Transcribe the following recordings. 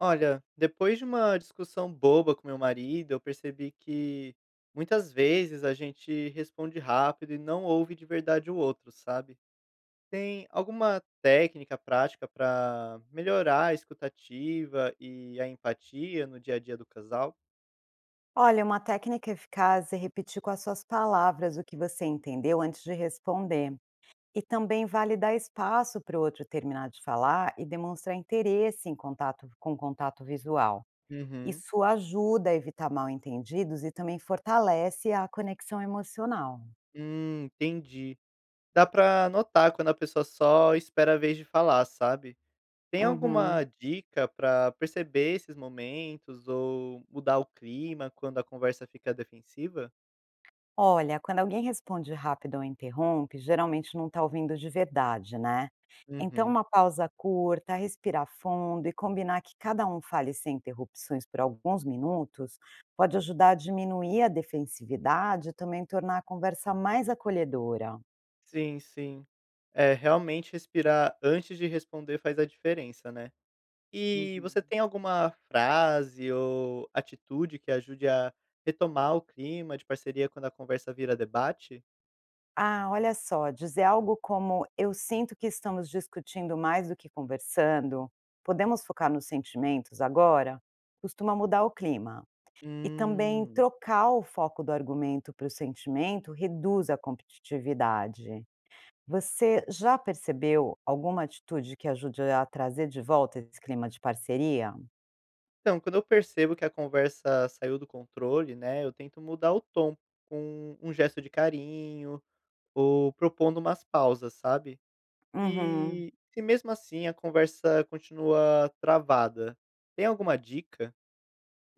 Olha, depois de uma discussão boba com meu marido, eu percebi que muitas vezes a gente responde rápido e não ouve de verdade o outro, sabe? Tem alguma técnica prática para melhorar a escutativa e a empatia no dia a dia do casal? Olha, uma técnica eficaz é repetir com as suas palavras o que você entendeu antes de responder. E também vale dar espaço para o outro terminar de falar e demonstrar interesse em contato com contato visual. Uhum. Isso ajuda a evitar mal-entendidos e também fortalece a conexão emocional. Entendi. Dá pra notar quando a pessoa só espera a vez de falar, sabe? Tem alguma Uhum. dica pra perceber esses momentos ou mudar o clima quando a conversa fica defensiva? Olha, quando alguém responde rápido ou interrompe, geralmente não está ouvindo de verdade, né? Então, Uhum. uma pausa curta, respirar fundo e combinar que cada um fale sem interrupções por alguns minutos pode ajudar a diminuir a defensividade e também tornar a conversa mais acolhedora. Sim, sim. É, realmente respirar antes de responder faz a diferença, né. E você Uhum. tem alguma frase ou atitude que ajude a retomar o clima de parceria quando a conversa vira debate? Ah, olha só, dizer algo como eu sinto que estamos discutindo mais do que conversando, podemos focar nos sentimentos agora? Costuma mudar o clima. E também Hum. trocar o foco do argumento para o sentimento reduz a competitividade. Você já percebeu alguma atitude que ajude a trazer de volta esse clima de parceria? Então, quando eu percebo que a conversa saiu do controle, né, eu tento mudar o tom com um gesto de carinho, ou propondo umas pausas, sabe. Uhum. E se mesmo assim a conversa continua travada, tem alguma dica?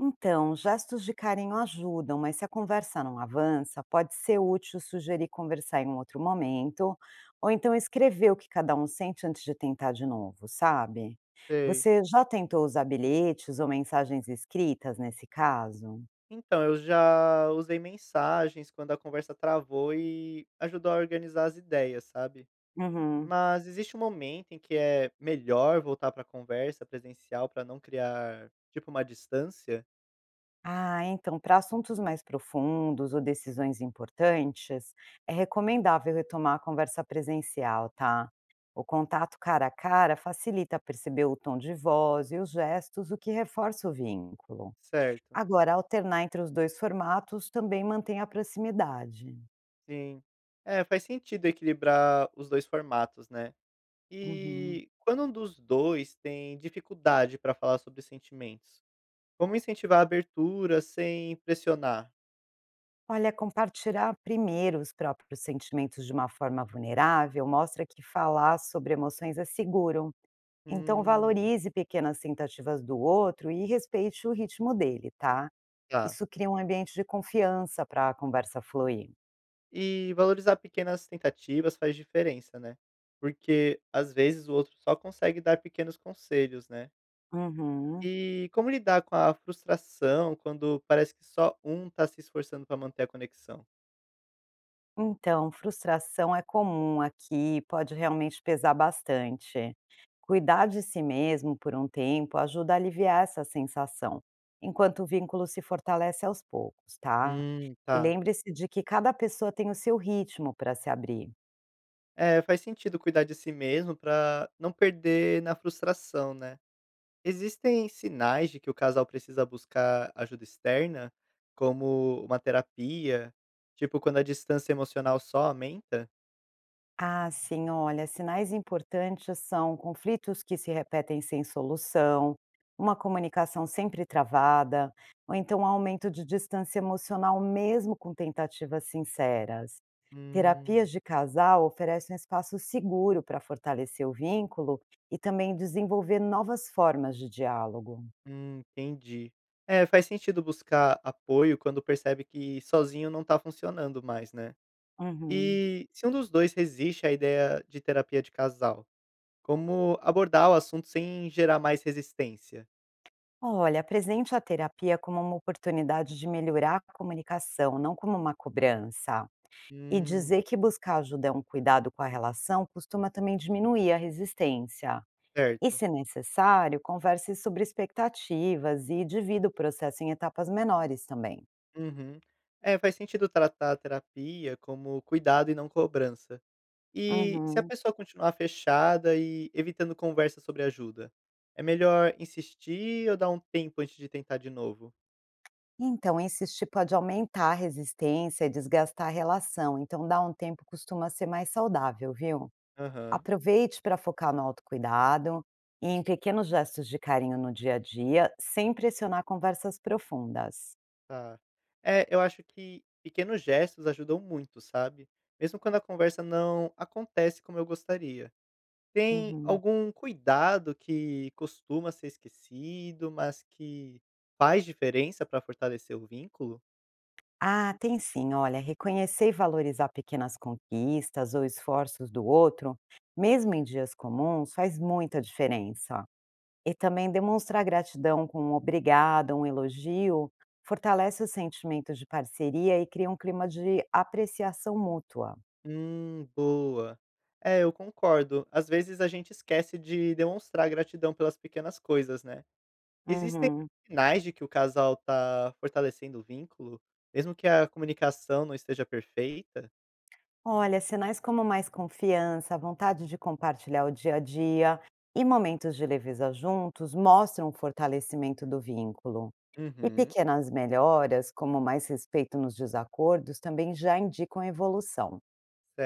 Então, gestos de carinho ajudam, mas se a conversa não avança, pode ser útil sugerir conversar em um outro momento, ou então escrever o que cada um sente antes de tentar de novo, sabe? Sei. Você já tentou usar bilhetes ou mensagens escritas nesse caso? Então, eu já usei mensagens quando a conversa travou e ajudou a organizar as ideias, sabe. Uhum. Mas existe um momento em que é melhor voltar para a conversa presencial para não criar, tipo, uma distância? Ah, então, para assuntos mais profundos ou decisões importantes, é recomendável retomar a conversa presencial, tá? O contato cara a cara facilita perceber o tom de voz e os gestos, o que reforça o vínculo. Certo, Agora, alternar entre os dois formatos também mantém a proximidade. sim. É, faz sentido equilibrar os 2 formatos, né. Uhum. E quando um dos 2 tem dificuldade para falar sobre sentimentos, como incentivar a abertura sem pressionar? Olha, compartilhar primeiro os próprios sentimentos de uma forma vulnerável mostra que falar sobre emoções é seguro. Então Hum, valorize pequenas tentativas do outro e respeite o ritmo dele, tá? tá. Isso cria um ambiente de confiança para a conversa fluir. E valorizar pequenas tentativas faz diferença, né, porque às vezes o outro só consegue dar pequenos conselhos, né. Uhum. E como lidar com a frustração quando parece que só um tá se esforçando para manter a conexão? Então, frustração é comum aqui, e pode realmente pesar bastante. Cuidar de si mesmo por um tempo ajuda a aliviar essa sensação, enquanto o vínculo se fortalece aos poucos, tá? E Tá. lembre-se de que cada pessoa tem o seu ritmo para se abrir. É, faz sentido cuidar de si mesmo pra não perder na frustração, né. Existem sinais de que o casal precisa buscar ajuda externa, como uma terapia, tipo quando a distância emocional só aumenta? Ah, sim, olha, sinais importantes são conflitos que se repetem sem solução, uma comunicação sempre travada, ou então aumento de distância emocional mesmo com tentativas sinceras. Terapias Hum, de casal oferecem um espaço seguro para fortalecer o vínculo e também desenvolver novas formas de diálogo. hum, entendi. É, faz sentido buscar apoio quando percebe que sozinho não tá funcionando mais, né? Uhum. E se um dos dois resiste à ideia de terapia de casal, como abordar o assunto sem gerar mais resistência? Olha, apresente a terapia como uma oportunidade de melhorar a comunicação, não como uma cobrança. E Hum, dizer que buscar ajuda é um cuidado com a relação costuma também diminuir a resistência. E, certo. se necessário, converse sobre expectativas e divida o processo em etapas menores também. Uhum. É, faz sentido tratar a terapia como cuidado e não cobrança. E se a Uhum. pessoa continuar fechada e evitando conversa sobre ajuda, é melhor insistir ou dar um tempo antes de tentar de novo? Então, insistir pode aumentar a resistência e desgastar a relação, então dar um tempo costuma ser mais saudável, viu? Aham, Aproveite para focar no autocuidado e em pequenos gestos de carinho no dia a dia, sem pressionar conversas profundas. tá. É, eu acho que pequenos gestos ajudam muito, sabe? Mesmo quando a conversa não acontece como eu gostaria. Tem Uhum. algum cuidado que costuma ser esquecido, mas que faz diferença para fortalecer o vínculo? Ah, tem sim. Olha, reconhecer e valorizar pequenas conquistas ou esforços do outro, mesmo em dias comuns, faz muita diferença. E também demonstrar gratidão com um obrigado, um elogio, fortalece o sentimento de parceria e cria um clima de apreciação mútua. Boa. É, eu concordo. Às vezes a gente esquece de demonstrar gratidão pelas pequenas coisas, né? Existem Uhum. sinais de que o casal tá fortalecendo o vínculo, mesmo que a comunicação não esteja perfeita? Olha, sinais como mais confiança, vontade de compartilhar o dia a dia e momentos de leveza juntos mostram o fortalecimento do vínculo. E Uhum. pequenas melhoras, como mais respeito nos desacordos, também já indicam evolução.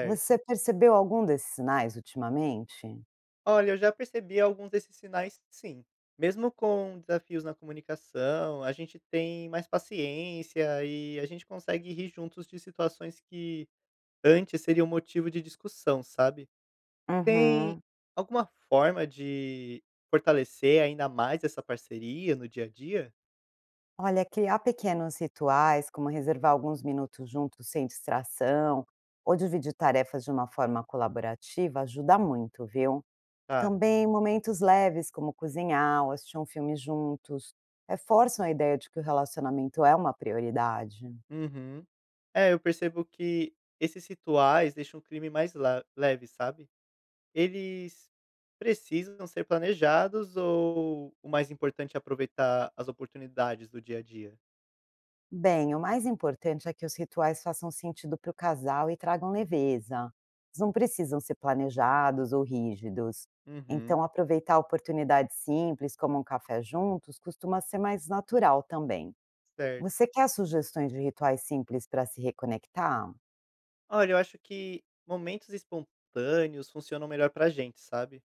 Você percebeu algum desses sinais ultimamente? Olha, eu já percebi alguns desses sinais, sim. Mesmo com desafios na comunicação, a gente tem mais paciência e a gente consegue rir juntos de situações que antes seriam motivo de discussão, sabe? Tem Uhum. alguma forma de fortalecer ainda mais essa parceria no dia a dia? Olha, criar pequenos rituais, como reservar alguns minutos juntos sem distração, ou dividir tarefas de uma forma colaborativa, ajuda muito, viu? Tá. Também momentos leves, como cozinhar ou assistir um filme juntos, reforçam a ideia de que o relacionamento é uma prioridade. Uhum. É, eu percebo que esses rituais deixam o crime mais la leve, sabe. Eles precisam ser planejados ou o mais importante é aproveitar as oportunidades do dia a dia? Bem, o mais importante é que os rituais façam sentido para o casal e tragam leveza. Eles não precisam ser planejados ou rígidos. Então, Uhum, aproveitar oportunidades simples, como um café juntos, costuma ser mais natural também. certo. Você quer sugestões de rituais simples para se reconectar? Olha, eu acho que momentos espontâneos funcionam melhor pra gente, sabe.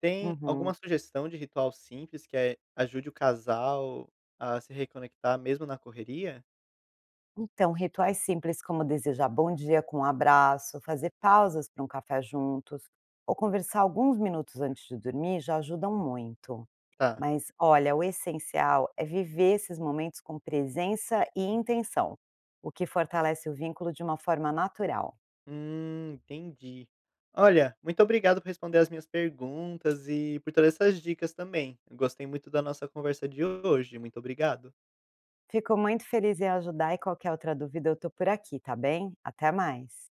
Tem Uhum. alguma sugestão de ritual simples que, ajude o casal a se reconectar mesmo na correria? Então, rituais simples como desejar bom dia com um abraço, fazer pausas para um café juntos, ou conversar alguns minutos antes de dormir já ajudam muito. Tá. Mas olha, o essencial é viver esses momentos com presença e intenção, o que fortalece o vínculo de uma forma natural. Entendi. Olha, muito obrigado por responder as minhas perguntas e por todas essas dicas também. Eu gostei muito da nossa conversa de hoje. Muito obrigado. Fico muito feliz em ajudar e qualquer outra dúvida eu tô por aqui, tá bem? Até mais.